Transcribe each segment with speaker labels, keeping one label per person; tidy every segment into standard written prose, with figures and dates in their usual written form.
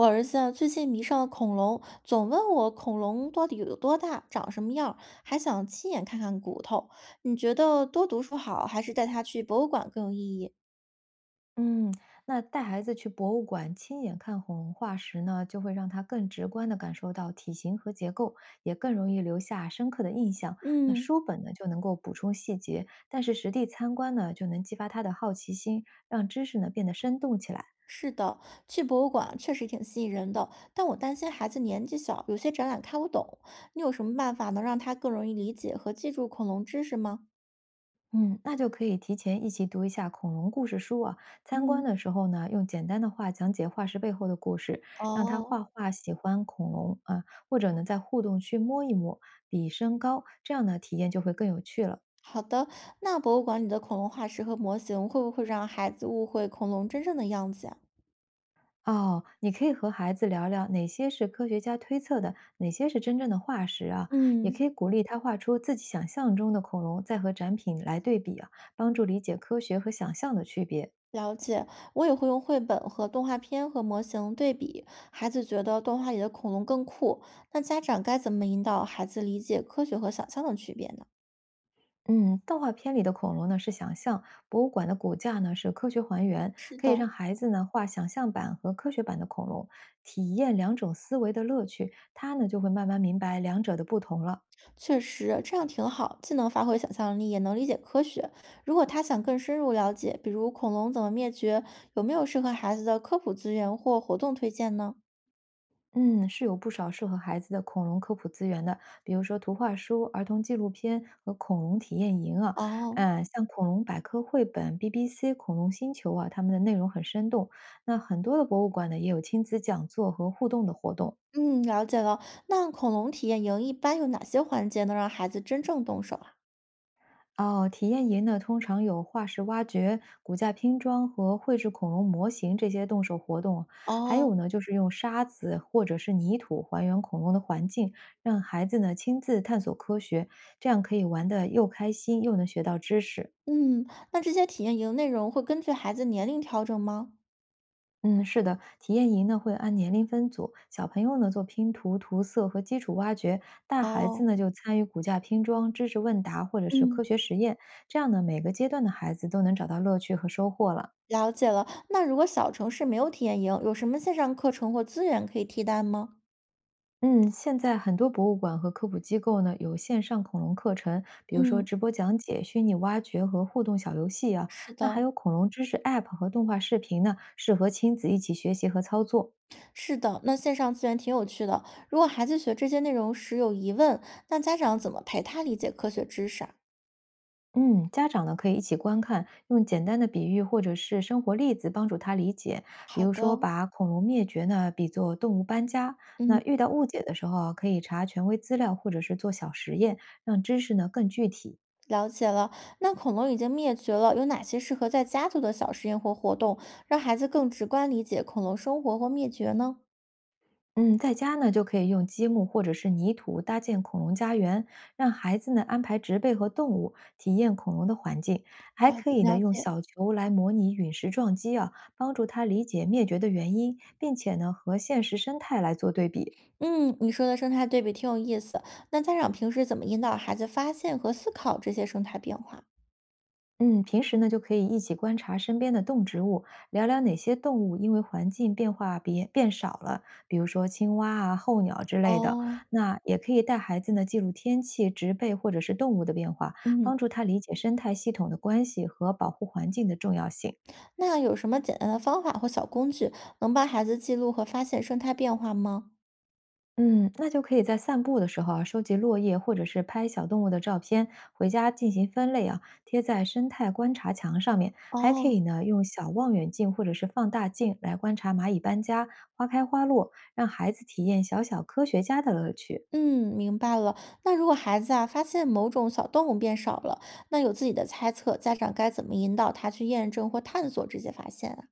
Speaker 1: 我儿子啊，最近迷上了恐龙，总问我恐龙到底有多大，长什么样儿还想亲眼看看骨头。你觉得多读书好，还是带他去博物馆更有意义？
Speaker 2: 嗯，那带孩子去博物馆亲眼看恐龙化石呢，就会让他更直观地感受到体型和结构，也更容易留下深刻的印象。那
Speaker 1: 嗯，
Speaker 2: 书本呢，就能够补充细节，但是实地参观呢，就能激发他的好奇心，让知识呢变得生动起来。
Speaker 1: 是的，去博物馆确实挺吸引人的，但我担心孩子年纪小，有些展览看不懂。你有什么办法能让他更容易理解和记住恐龙知识吗？
Speaker 2: 嗯，那就可以提前一起读一下恐龙故事书啊。参观
Speaker 1: 嗯，
Speaker 2: 的时候呢，用简单的话讲解化石背后的故事，让他
Speaker 1: 哦，
Speaker 2: 画画喜欢恐龙啊，或者呢，在互动区摸一摸，比身高，这样呢，体验就会更有趣了。
Speaker 1: 好的。那博物馆里的恐龙化石和模型会不会让孩子误会恐龙真正的样子呀？
Speaker 2: 哦，你可以和孩子聊聊哪些是科学家推测的，哪些是真正的化石啊，也可
Speaker 1: 嗯。
Speaker 2: 以鼓励他画出自己想象中的恐龙，再和展品来对比啊，帮助理解科学和想象的区别。
Speaker 1: 了解，我也会用绘本和动画片和模型对比。孩子觉得动画里的恐龙更酷，那家长该怎么引导孩子理解科学和想象的区别呢？
Speaker 2: 嗯，动画片里的恐龙呢是想象，博物馆的骨架呢是科学还原，
Speaker 1: 是
Speaker 2: 可以让
Speaker 1: 的，
Speaker 2: 孩子呢画想象版和科学版的恐龙，体验两种思维的乐趣，他呢就会慢慢明白两者的不同了。
Speaker 1: 确实这样挺好，既能发挥想象力，也能理解科学。如果他想更深入了解，比如恐龙怎么灭绝，有没有适合孩子的科普资源或活动推荐呢？
Speaker 2: 嗯，是有不少适合孩子的恐龙科普资源的，比如说图画书、儿童纪录片和恐龙体验营啊，
Speaker 1: 哦，
Speaker 2: 像恐龙百科绘本、BBC 恐龙星球啊，他们的内容很生动。那很多的博物馆呢也有亲子讲座和互动的活动。
Speaker 1: 嗯，了解了。那恐龙体验营一般有哪些环节能让孩子真正动手啊？
Speaker 2: 哦，体验营呢，通常有化石挖掘、骨架拼装和绘制恐龙模型这些动手活动啊，还有
Speaker 1: 哦，
Speaker 2: 呢，就是用沙子或者是泥土还原恐龙的环境，让孩子呢亲自探索科学，这样可以玩得又开心又能学到知识。
Speaker 1: 嗯，那这些体验营内容会根据孩子年龄调整吗？
Speaker 2: 嗯，是的，体验营呢会按年龄分组，小朋友呢做拼图、涂色和基础挖掘，大孩子
Speaker 1: 哦，
Speaker 2: 呢就参与骨架拼装、知识问答或者是科
Speaker 1: 嗯，
Speaker 2: 学实验，这样呢每个阶段的孩子都能找到乐趣和收获了。
Speaker 1: 了解了。那如果小城市没有体验营，有什么线上课程或资源可以替代吗？
Speaker 2: 嗯，现在很多博物馆和科普机构呢有线上恐龙课程，比如说
Speaker 1: 嗯，
Speaker 2: 直播讲解、虚拟挖掘和互动小游戏啊。
Speaker 1: 是
Speaker 2: 那还
Speaker 1: 的，
Speaker 2: 有恐龙知识 App 和动画视频呢，适合亲子一起学习和操作。
Speaker 1: 是的。那线上资源挺有趣的。如果孩子学这些内容时有疑问，那家长怎么陪他理解科学知识啊？
Speaker 2: 嗯，家长呢可以一起观看，用简单的比喻或者是生活例子帮助他理解。比
Speaker 1: 好
Speaker 2: 如
Speaker 1: 的，
Speaker 2: 说，把恐龙灭绝呢比作动物搬家。那
Speaker 1: 嗯，
Speaker 2: 遇到误解的时候啊，可以查权威资料或者是做小实验，让知识呢更具体。
Speaker 1: 了解了。那恐龙已经灭绝了，有哪些适合在家做的小实验或活动，让孩子更直观理解恐龙生活或灭绝呢？
Speaker 2: 嗯，在家呢就可以用积木或者是泥土搭建恐龙家园，让孩子呢安排植被和动物，体验恐龙的环境。还
Speaker 1: 了
Speaker 2: 可
Speaker 1: 解，
Speaker 2: 以呢
Speaker 1: 了
Speaker 2: 用
Speaker 1: 解。
Speaker 2: 小球来模拟陨石撞击啊，帮助他理解灭绝的原因，并且呢和现实生态来做对比。
Speaker 1: 嗯，你说的生态对比挺有意思。那家长平时怎么引导孩子发现和思考这些生态变化？
Speaker 2: 嗯，平时呢就可以一起观察身边的动植物，聊聊哪些动物因为环境变化变少了，比如说青蛙啊、候鸟之类的。
Speaker 1: 哦，
Speaker 2: 那也可以带孩子呢记录天气、植被或者是动物的变化，帮
Speaker 1: 嗯，
Speaker 2: 助他理解生态系统的关系和保护环境的重要性。
Speaker 1: 那有什么简单的方法或小工具能帮孩子记录和发现生态变化吗？
Speaker 2: 嗯，那就可以在散步的时候啊，收集落叶或者是拍小动物的照片，回家进行分类啊，贴在生态观察墙上面。还可
Speaker 1: 哦，
Speaker 2: 以呢，用小望远镜或者是放大镜来观察蚂蚁搬家、花开花落，让孩子体验小小科学家的乐趣。
Speaker 1: 嗯，明白了。那如果孩子啊发现某种小动物变少了，那有自己的猜测，家长该怎么引导他去验证或探索这些发现啊？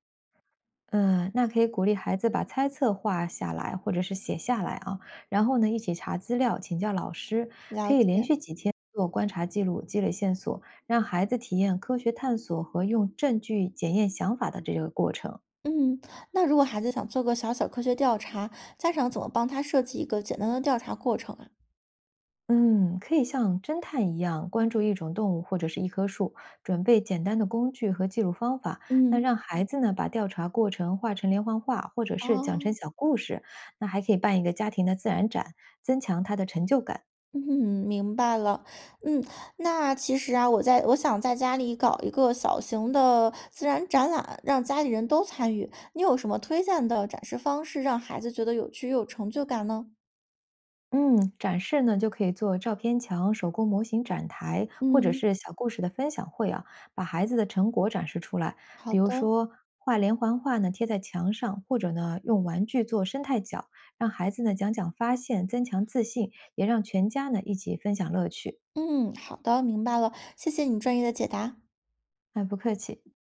Speaker 2: 嗯，那可以鼓励孩子把猜测画下来，或者是写下来啊，然后呢，一起查资料，请教老师，可
Speaker 1: 了
Speaker 2: 以连
Speaker 1: 解。
Speaker 2: 续几天做观察记录，积累线索，让孩子体验科学探索和用证据检验想法的这个过程。
Speaker 1: 嗯，那如果孩子想做个小小科学调查，家长怎么帮他设计一个简单的调查过程啊？
Speaker 2: 嗯，可以像侦探一样关注一种动物或者是一棵树，准备简单的工具和记录方法，那
Speaker 1: 嗯，
Speaker 2: 让孩子呢把调查过程画成连环画，或者是讲成
Speaker 1: 哦。
Speaker 2: 小故事，那还可以办一个家庭的自然展，增强他的成就感。
Speaker 1: 嗯，明白了。嗯，那其实啊，我想在家里搞一个小型的自然展览，让家里人都参与。你有什么推荐的展示方式，让孩子觉得有趣又有成就感呢？
Speaker 2: 嗯，展示呢就可以做照片墙、手工模型展台，或者
Speaker 1: 嗯，
Speaker 2: 是小故事的分享会啊，把孩子的成果展示出来。比
Speaker 1: 好
Speaker 2: 如
Speaker 1: 的，
Speaker 2: 说画连环画呢，贴在墙上，或者呢用玩具做生态角，让孩子呢讲讲发现，增强自信，也让全家呢一起分享乐趣。
Speaker 1: 嗯，好的，明白了，谢谢你专业的解答。
Speaker 2: 哎，不客气。